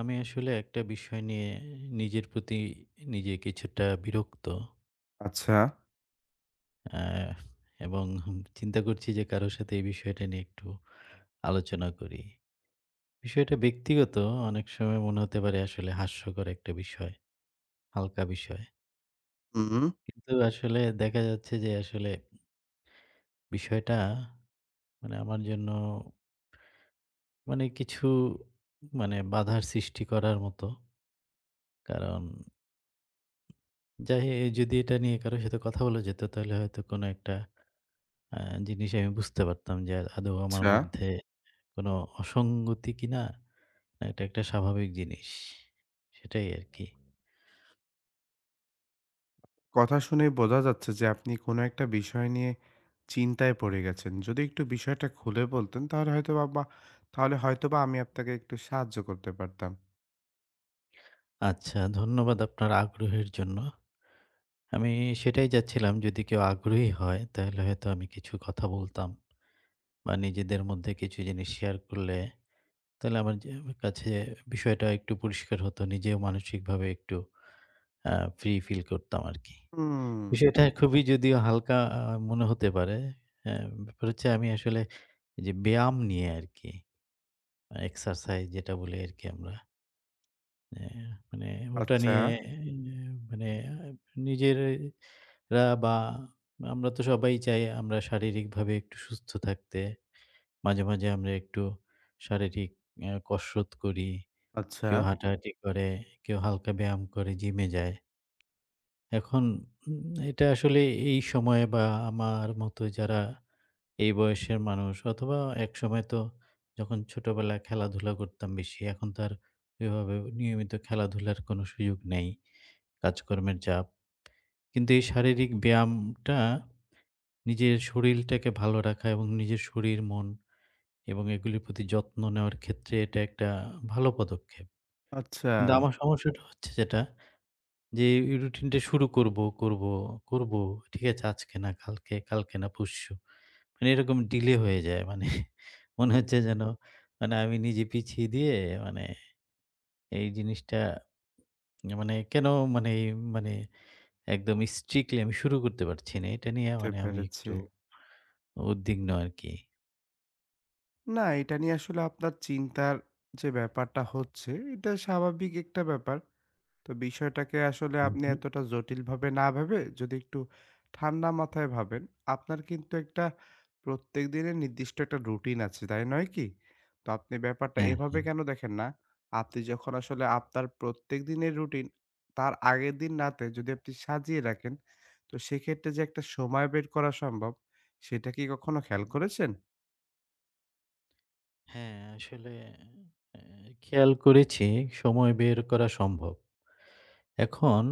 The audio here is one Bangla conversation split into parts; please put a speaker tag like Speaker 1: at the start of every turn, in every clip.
Speaker 1: আমি আসলে একটা বিষয় নিয়ে নিজের প্রতি নিজে কিছুটা বিরক্ত।
Speaker 2: আচ্ছা।
Speaker 1: আহ, এবং চিন্তা করছি যে কারোর সাথে এই বিষয়টা নিয়ে একটু আলোচনা করি। বিষয়টা ব্যক্তিগত, অনেক সময় মনে হতে পারে আসলে হাস্যকর একটা বিষয়, হালকা বিষয়,
Speaker 2: হুম।
Speaker 1: কিন্তু আসলে দেখা যাচ্ছে যে আসলে বিষয়টা মানে আমার জন্য মানে কিছু মানে বাধার সৃষ্টি করার মতো। কারণ যাই যদি এটা নিয়ে কারোর সাথে কথা বলা যেত তাহলে হয়তো কোনো একটা আ জিনিস আমি বুঝতে পারতাম যে আদৌ আমার
Speaker 2: আচ্ছা।
Speaker 1: মধ্যে কোনো অসঙ্গতি কিনা, না এটা একটা স্বাভাবিক জিনিস। সেটাই আরকি।
Speaker 2: কথা শুনে বোঝা যাচ্ছে যে আপনি কোনো একটা বিষয় নিয়ে চিন্তায় পড়ে গেছেন। যদি একটু বিষয়টা খুলে বলতেন তাহলে হয়তোবা আমি আপনাকে একটু সাহায্য করতে পারতাম।
Speaker 1: আচ্ছা, ধন্যবাদ আপনার আগ্রহের জন্য। আমি সেটাই চাচ্ছিলাম, যদি কেউ আগ্রহী হয় তাহলে হয়তো আমি কিছু কথা বলতাম বা নিজেদের মধ্যে কিছু জিনিস শেয়ার করলে তাহলে আমার কাছে বিষয়টা একটু পরিষ্কার হতো। নিজেও মানসিকভাবে একটু আ ফ্রি ফিল করতাম আরকি।
Speaker 2: হুম।
Speaker 1: বিষয়টা খুবই যদিও হালকা মনে হতে পারে। হ্যাঁ, ব্যাপার হচ্ছে আমি আসলে এই যে ব্যায়াম নিয়ে আরকি। এক্সারসাইজ যেটা বলি আরকি আমরা। অ্যা মানে ওটা
Speaker 2: আচ্ছা,
Speaker 1: নিয়ে। হুম। মানে নিজেরা বা আমরা তো সবাই চাই আমরা শারীরিকভাবে একটু সুস্থ থাকতে। মাঝে, মাঝে আমরা একটু শারীরিক কসরত করি।
Speaker 2: আচ্ছা,
Speaker 1: কেউ, হ্যাঁ, হাঁটাহাঁটি করে, কেউ হালকা ব্যায়াম করে, জিমে যায়। এখন উম এটা আসলে এই সময়ে বা আমার মতো যারা এই বয়সের মানুষ, অথবা একসময় তো যখন ছোটবেলায় খেলাধুলা করতাম বেশি, এখন তো আর ওইভাবে নিয়মিত খেলাধুলার কোনো সুযোগ নেই, কাজকর্মের চাপ। কিন্তু এই শারীরিক ব্যায়ামটা, নিজের শরীলটাকে ভালো রাখা এবং নিজের শরীর, মন এবং এগুলির প্রতি যত্ন নেওয়ার ক্ষেত্রে এটা একটা ভালো পদক্ষেপ।
Speaker 2: আচ্ছা।
Speaker 1: কিন্তু আমার সমস্যাটা হচ্ছে যেটা, যে এই রুটিনটা শুরু করব, করব, করব। ঠিক আছে, আজকে না কালকে, কালকে না পরশু। মানে এরকম ডিলে হয়ে যায়। মানে মনে
Speaker 2: বুঝতে
Speaker 1: হচ্ছে যেন মানে আমি নিজে পিছিয়ে দিয়ে, মানে এই জিনিসটা মানে কেন মানে মানে একদম স্ট্রিক্টলি আমি শুরু করতে পারছি না। এটা নিয়ে মানে আমি
Speaker 2: পেরেছি।
Speaker 1: একটু উদ্বিগ্ন আরকি।
Speaker 2: না, এটা নিয়ে আসলে আপনার চিন্তার যে ব্যাপারটা হচ্ছে, এটা স্বাভাবিক একটা ব্যাপার। তো বিষয়টাকে আসলে
Speaker 1: হুম,
Speaker 2: আপনি
Speaker 1: হুম।
Speaker 2: এতটা জটিলভাবে না ভেবে যদি একটু ঠান্ডা মাথায় ভাবেন, আপনার কিন্তু একটা প্রত্যেকদিনের নির্দিষ্ট একটা রুটিন আছে, তাই নয় কি? তো আপনি ব্যাপারটা
Speaker 1: হ্যাঁ,
Speaker 2: এভাবে
Speaker 1: হ্যাঁ।
Speaker 2: কেন দেখেন না? আপনি যখন আসলে আপনার প্রত্যেকদিনের রুটিন তার আগের দিন রাতে যদি আপনি সাজিয়ে রাখেন, তো সেক্ষেত্রে যে একটা সময় বের করা সম্ভব, সেটা কি কখনো খেয়াল
Speaker 1: হুম।
Speaker 2: করেছেন?
Speaker 1: হ্যাঁ, আসলে অ্যা খেয়াল করেছি সময় বের করা সম্ভব। এখন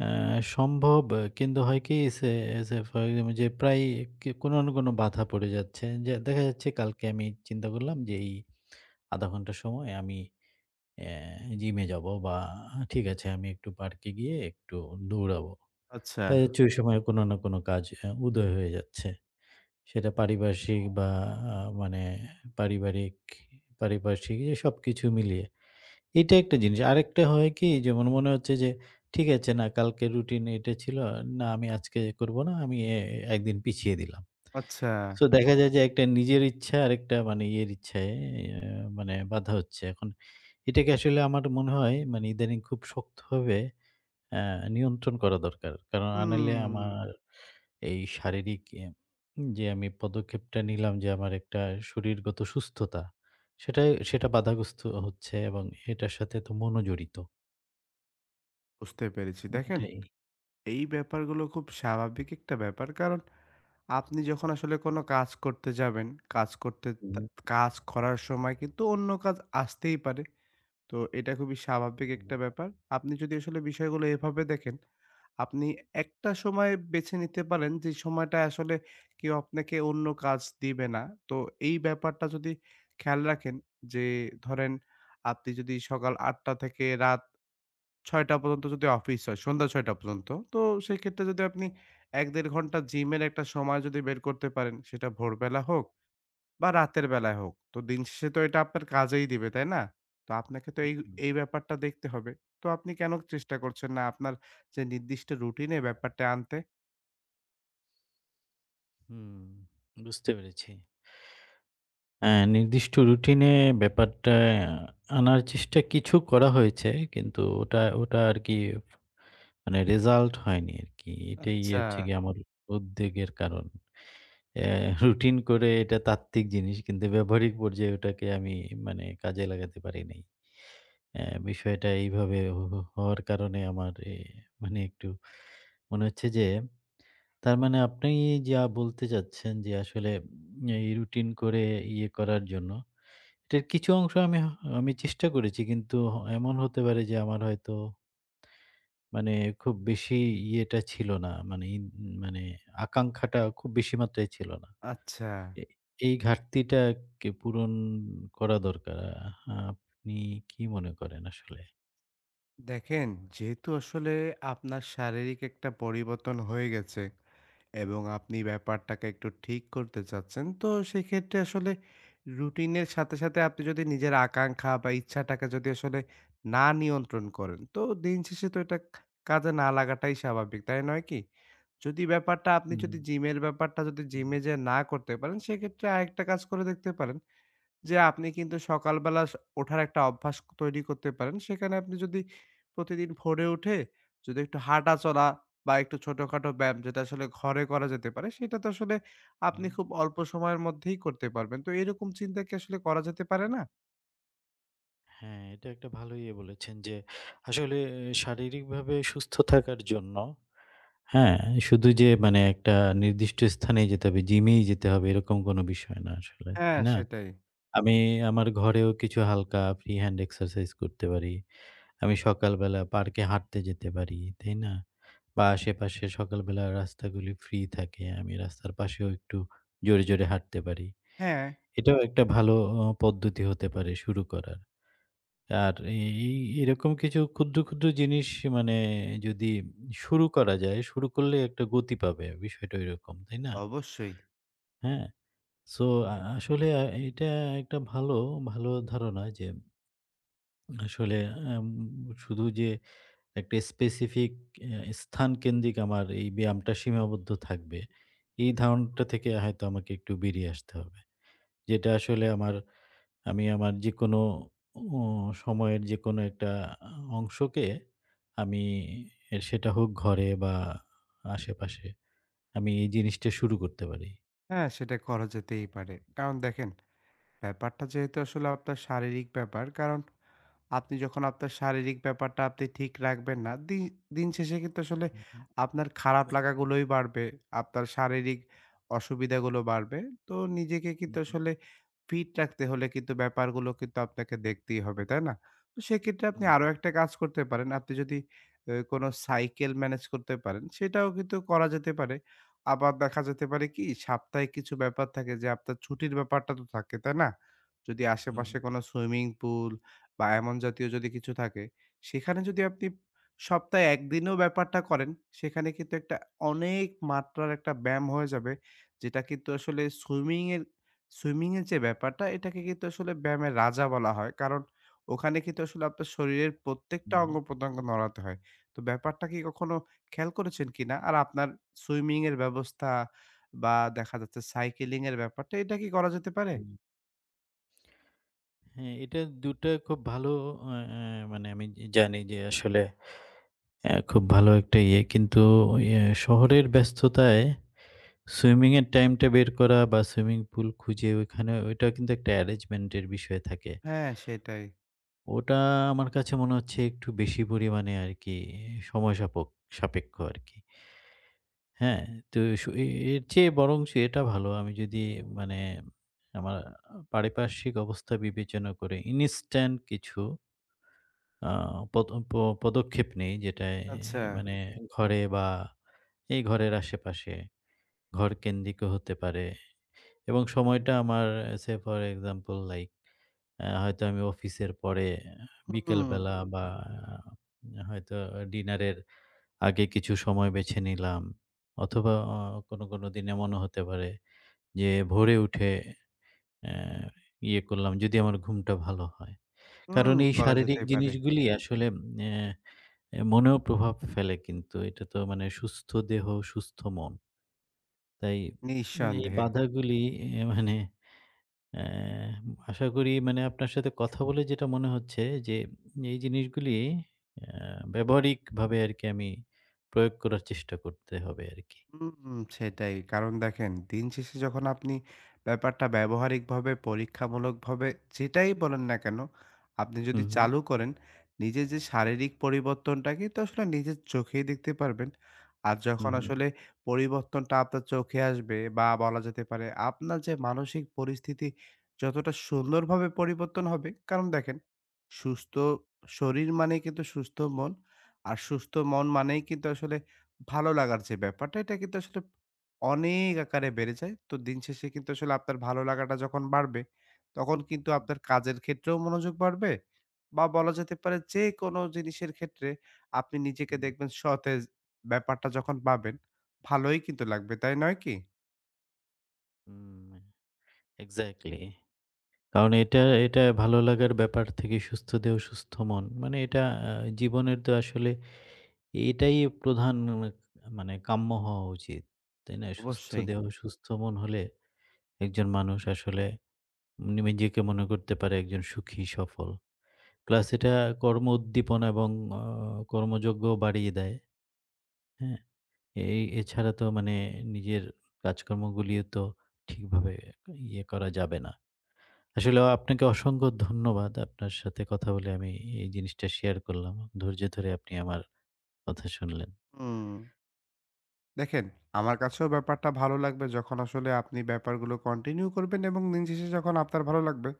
Speaker 1: অ্যা সম্ভব, কিন্তু হয় কি সে সে ফর এক্সাম্পল যে প্রায় কে কোনো না কোনো বাধা পড়ে যাচ্ছে। যে দেখা যাচ্ছে কালকে আমি চিন্তা করলাম যে এই ০.৫ ঘন্টা সময় আমি অ্যা জিমে যাবো, বা ঠিক আছে আমি একটু পার্কে গিয়ে একটু দৌড়াবো। দেখা যাচ্ছে ওই সময় কোনো না কোনো কাজ উদয় হয়ে যাচ্ছে। সেটা পারিপার্শ্বিক বা আ মানে পারিবারিক, পারিপার্শ্বিক এ সবকিছু মিলিয়ে। এটা একটা জিনিস। আরেকটা হয় কি? যেমন মনে হচ্ছে যে, ঠিক আছে না কালকে রুটিন এটা ছিল। না আমি আজকে করব না। আমি এ এ- একদিন পিছিয়ে দিলাম।
Speaker 2: আচ্ছা।
Speaker 1: সো দেখা যায় যে একটা নিজের ইচ্ছা আরেকটা মানে ইয়ের ইচ্ছায় এ মানে বাধা হচ্ছে। এখন এটাকে আসলে আমার মনে হয় মানে ইদানিং খুব শক্তভাবে আ নিয়ন্ত্রণ করা দরকার। কারণ নাহলে
Speaker 2: হুম,
Speaker 1: আমার এই শারীরিক যে আমি পদক্ষেপটা নিলাম যে আমার একটা শরীরগত সুস্থতা, সেটাই সেটা বাধাগ্রস্ত হচ্ছে এবং এটার সাথে তো মনও জড়িত।
Speaker 2: বুঝতে পেরেছি। দেখেন,
Speaker 1: এটাই।
Speaker 2: এই ব্যাপারগুলো খুব স্বাভাবিক একটা ব্যাপার। কারণ আপনি যখন আসলে কোনো কাজ করতে যাবেন, কাজ করতে তা
Speaker 1: হুম,
Speaker 2: কাজ করার সময় কিন্তু অন্য কাজ আসতেই পারে। তো এটা খুবই স্বাভাবিক
Speaker 1: হুম,
Speaker 2: একটা ব্যাপার। আপনি যদি আসলে বিষয়গুলো এভাবে দেখেন, আপনি একটা সময় বেছে নিতে পারেন যে সময়টায় আসলে কেউ আপনাকে অন্য কাজ দিবে না। তো এই ব্যাপারটা যদি খেয়াল রাখেন যে ধরেন আপনি যদি সকাল ৮:০০ থেকে রাত ৬টা পর্যন্ত যদি অফিস হয়, সন্ধ্যা ৬টা পর্যন্ত। তো সেক্ষেত্রে যদি আপনি ১-১.৫ ঘন্টা জিমের একটা সময় যদি বের করতে পারেন, সেটা ভোরবেলা হোক বা রাতের বেলায় হোক। তো দিন শেষে তো এটা আপনার কাজেই দিবে, তাই না? তো আপনাকে তো এই,
Speaker 1: হুম।
Speaker 2: এই ব্যাপারটা দেখতে হবে। তো আপনি কেন চেষ্টা করছেন না আপনার যে নির্দিষ্ট রুটিনে ব্যাপারটা আনতে?
Speaker 1: হুম, বুঝতে পেরেছি। অ্যা নির্দিষ্ট রুটিনে ব্যাপারটা আনার চেষ্টা কিছু করা হয়েছে। কিন্তু ওটা ওটা আরকি মানে রেজাল্ট হয়নি আরকি। এটাই
Speaker 2: আচ্ছা,
Speaker 1: হচ্ছে গিয়ে আমার উদ্বেগের কারণ। অ্যা রুটিন করে এটা তাত্ত্বিক জিনিস, কিন্তু ব্যবহারিক পর্যায়ে ওটাকে আমি মানে কাজে লাগাতে পারি নাই। বিষয়টা এইভাবে হ হ হওয়ার কারণে আমার মানে একটু মনে হচ্ছে যে তার মানে আপনি যা বলতে চাচ্ছেন যে আসলে এই রুটিন করে ইয়ে করার জন্য, এটার কিছু অংশ আমি চেষ্টা করেছি, কিন্তু এমন হতে পারে যে আমার হয়তো মানে খুব বেশি ইয়েটা ছিল না। মানে আকাঙ্খাটা খুব বেশি মাত্রায় ছিল না।
Speaker 2: আচ্ছা।
Speaker 1: এ এই ঘাটতিটাকে পূরণ করা দরকার। আপনি কি মনে করেন আসলে?
Speaker 2: দেখেন, যেহেতু আসলে আপনার শারীরিক একটা পরিবর্তন হয়ে গেছে এবং আপনি ব্যাপারটাকে একটু ঠিক করতে চাচ্ছেন। তো সেক্ষেত্রে আসলে রুটিনের সাথে, সাথে আপনি যদি নিজের আকাঙ্ক্ষা বা ইচ্ছাটাকে যদি আসলে না নিয়ন্ত্রণ করেন, তো দিন শেষে তো এটা কাজে না লাগাটাই স্বাভাবিক, তাই নয় কি? যদি ব্যাপারটা আপনি
Speaker 1: হুম,
Speaker 2: যদি জিমের ব্যাপারটা যদি
Speaker 1: হুম,
Speaker 2: জিমে যেয়ে না করতে পারেন, সেক্ষেত্রে আরেকটা কাজ করে দেখতে পারেন। যে আপনি কিন্তু সকালবেলা ওঠার একটা অভ্যাস তৈরি করতে পারেন। সেখানে আপনি যদি প্রতিদিন ভোরে উঠে যদি একটু হাঁটাচলা বা একটু ছোটখাটো ব্যায়াম যেটা আসলে ঘরে করা যেতে পারে, সেটা তো আসলে আপনি
Speaker 1: হুম।
Speaker 2: খুব অল্প সময়ের মধ্যেই করতে পারবেন। তো এরকম চিন্তা কি আসলে করা যেতে পারে না?
Speaker 1: হ্যাঁ, এটা একটা ভালো ইয়ে বলেছেন যে আসলে শারীরিকভাবে সুস্থ থাকার জন্য, হ্যাঁ, শুধু যে মানে একটা নির্দিষ্ট স্থানেই যেতে হবে, জিমেই যেতে হবে, এরকম কোনো বিষয় না আসলে,
Speaker 2: হ্যাঁ,
Speaker 1: তাই না?
Speaker 2: সেটাই।
Speaker 1: আমি আমার ঘরেও কিছু হালকা ফ্রি হ্যান্ড এক্সারসাইজ করতে পারি। আমি সকালবেলা পার্কে হাঁটতে যেতে পারি, তাই না? বা আশেপাশে সকালবেলা রাস্তাগুলি ফ্রি থাকে। আমি রাস্তার পাশেও একটু জোরে, জোরে হাঁটতে পারি।
Speaker 2: হ্যাঁ।
Speaker 1: এটাও একটা ভালো পদ্ধতি হতে পারে শুরু করার। আর এই এই এরকম কিছু ক্ষুদ্র, ক্ষুদ্র জিনিস মানে যদি শুরু করা যায়, শুরু করলে একটা গতি পাবে। বিষয়টা ঐরকম, তাই না?
Speaker 2: অবশ্যই।
Speaker 1: হ্যাঁ? সো আসলে এটা একটা ভালো ধারণা যে আসলে আম শুধু যে একটা স্পেসিফিক স্থানকেন্দ্রিক আমার এই ব্যায়ামটা সীমাবদ্ধ থাকবে, এই ধারণাটা থেকে হয়তো আমাকে একটু বেরিয়ে আসতে হবে। যেটা আসলে আমার, আমি আমার যেকোনো ও সময়ের যেকোনো একটা অংশকে আমি, সেটা হোক ঘরে বা আশেপাশে, আমি এই জিনিসটা শুরু করতে পারি।
Speaker 2: হ্যাঁ, সেটা করা যেতেই পারে। কারণ দেখেন, ব্যাপারটা যেহেতু আসলে আপনার শারীরিক ব্যাপার, কারণ আপনি যখন আপনার শারীরিক ব্যাপারটা আপনি ঠিক রাখবেন না, দিন শেষে কিন্তু আসলে
Speaker 1: হুম, হুম,
Speaker 2: আপনার খারাপ লাগাগুলোই বাড়বে। আপনার শারীরিক অসুবিধাগুলো বাড়বে। তো নিজেকে কিন্তু আসলে ফিট রাখতে হলে কিন্তু ব্যাপারগুলো কিন্তু আপনাকে দেখতেই হবে, তাই না? তো সেক্ষেত্রে আপনি
Speaker 1: হুম,
Speaker 2: আরো একটা কাজ করতে পারেন। আপনি যদি এ কোনো সাইকেল ম্যানেজ করতে পারেন, সেটাও কিন্তু করা যেতে পারে। আবার দেখা যেতে পারে কি সাপ্তাহিক কিছু ব্যাপার থাকে যে আপনার ছুটির ব্যাপারটা তো থাকে, তাই না? যদি
Speaker 1: হুম,
Speaker 2: আশেপাশে কোনো সুইমিং পুল বা এমন জাতীয় যদি কিছু থাকে, সেখানে যদি আপনি সপ্তাহে ১ দিনেও ব্যাপারটা করেন, সেখানে কিন্তু একটা অনেক মাত্রার একটা ব্যায়াম হয়ে যাবে। যেটা কিন্তু আসলে সুইমিংয়ের সুইমিংয়ের যে ব্যাপারটা, এটাকে কিন্তু আসলে ব্যায়ামের রাজা বলা হয়। কারণ ওখানে কিন্তু আসলে আপনার শরীরের প্রত্যেকটা
Speaker 1: হুম,
Speaker 2: অঙ্গ-প্রত্যঙ্গ নড়াতে হয়। তো ব্যাপারটা কি কখনো খেয়াল করেছেন কিনা? আর আপনার সুইমিংয়ের ব্যবস্থা বা দেখা যাচ্ছে সাইকেলিংয়ের ব্যাপারটা, এটা কি করা যেতে পারে?
Speaker 1: হুম। হ্যাঁ, এটা ২ টা খুব ভালো, আ আ মানে আমি জানি যে আসলে খুব ভালো একটা ইয়ে। কিন্তু ইয়ে শহরের ব্যস্ততায় সুইমিং এর টাইমটা বের করা বা সুইমিং পুল খুঁজে ওইখানে ওইটা কিন্তু একটা অ্যারেঞ্জমেন্ট এর বিষয় থাকে।
Speaker 2: হ্যাঁ, সেটাই।
Speaker 1: ওটা আমার কাছে মনে হচ্ছে একটু বেশি পরিমাণে আরকি সময় সাপক সাপেক্ষ আরকি। হ্যাঁ? তো সু এ এর চেয়ে বরঞ্চ এটা ভালো আমি যদি মানে আমার পারিপার্শ্বিক অবস্থা বিবেচনা করে ইনস্ট্যান্ট কিছু আ পদ প পদক্ষেপ নেই, যেটায়
Speaker 2: আচ্ছা।
Speaker 1: মানে ঘরে বা এই ঘরের আশেপাশে ঘরকেন্দ্রিক হতে পারে এবং সময়টা আমার, সে ফর এক্সাম্পল লাইক হয়তো আমি অফিসের পরে
Speaker 2: হুম।
Speaker 1: বিকেলবেলা। হুম। বা হয়তো ডিনারের আগে কিছু সময় বেছে নিলাম। অথবা কোনো, কোনো দিন এমনও হতে পারে যে ভোরে উঠে অ্যা ইয়ে করলাম, যদি আমার ঘুমটা ভালো হয়।
Speaker 2: হুম,
Speaker 1: কারণ এই
Speaker 2: করা
Speaker 1: শারীরিক
Speaker 2: যেতেই পারে।
Speaker 1: জিনিসগুলি আসলে অ্যা অ্যা মনেও প্রভাব ফেলে, কিন্তু এটা তো মানে সুস্থ দেহ, সুস্থ মন। তাই এই
Speaker 2: নিঃসন্দেহে।
Speaker 1: বাধাগুলি, মানে অ্যা আশা করি মানে আপনার সাথে কথা বলে যেটা মনে হচ্ছে যে, এই জিনিসগুলি অ্যা ব্যবহারিকভাবে আরকি আমি প্রয়োগ করার চেষ্টা করতে হবে আরকি।
Speaker 2: হুম, সেটাই। কারণ দেখেন, দিন শেষে যখন আপনি ব্যাপারটা ব্যবহারিকভাবে পরীক্ষামূলকভাবে যেটাই বলেন না কেন, আপনি যদি
Speaker 1: হুম, হুম,
Speaker 2: চালু করেন, নিজের যে শারীরিক পরিবর্তনটা কিন্তু আসলে নিজের চোখেই দেখতে পারবেন। আর
Speaker 1: হুম,
Speaker 2: যখন
Speaker 1: হুম,
Speaker 2: আসলে পরিবর্তনটা আপনার চোখে আসবে বা বলা যেতে পারে আপনার যে মানসিক পরিস্থিতি যতটা সুন্দরভাবে পরিবর্তন হবে, কারণ দেখেন, সুস্থ শরীর মানেই কিন্তু সুস্থ মন। আর সুস্থ মন মানেই কিন্তু আসলে ভালো লাগার যে ব্যাপারটা, এটা কিন্তু আসলে অনেক আকারে বেড়ে যায়। তো দিন শেষে কিন্তু আসলে আপনার ভালো লাগাটা যখন বাড়বে, তখন কিন্তু আপনার কাজের ক্ষেত্রেও মনোযোগ বাড়বে বা বলা যেতে পারে যেকোনো জিনিসের ক্ষেত্রে আপনি নিজেকে
Speaker 1: হুম,
Speaker 2: দেখবেন সতেজ ব্যাপারটা যখন পাবেন, ভালোই কিন্তু লাগবে, তাই নয় কি?
Speaker 1: হুম, এক্সাক্টলি। কারণ এটা, এটা ভালো লাগার ব্যাপার থেকে সুস্থ দেহ সুস্থ মন। মানে এটা আ জীবনের তো আসলে এটাই প্রধান মানে কাম্য হওয়া উচিত। তাই না? সুস্থ
Speaker 2: অবশ্যই।
Speaker 1: দেহ সুস্থ মন হলে একজন মানুষ আসলে নিজেকে মনে করতে পারে একজন সুখী সফল। প্লাস এটা কর্ম উদ্দীপনা এবং আ কর্মযোগ্য বাড়িয়ে দেয়। হ্যাঁ? এই এছাড়া তো মানে নিজের কাজকর্মগুলিও তো ঠিকভাবে ইয়ে করা যাবে না। আসলে আপনাকে অসংখ্য ধন্যবাদ। আপনার সাথে কথা বলে আমি এই জিনিসটা শেয়ার করলাম। ধৈর্য ধরে আপনি আমার কথা শুনলেন।
Speaker 2: হুম। দেখেন, আমার কাছেও ব্যাপারটা ভালো লাগবে যখন আসলে আপনি ব্যাপারগুলো কন্টিনিউ করবেন এবং দিন শেষে যখন আপনার ভালো লাগবে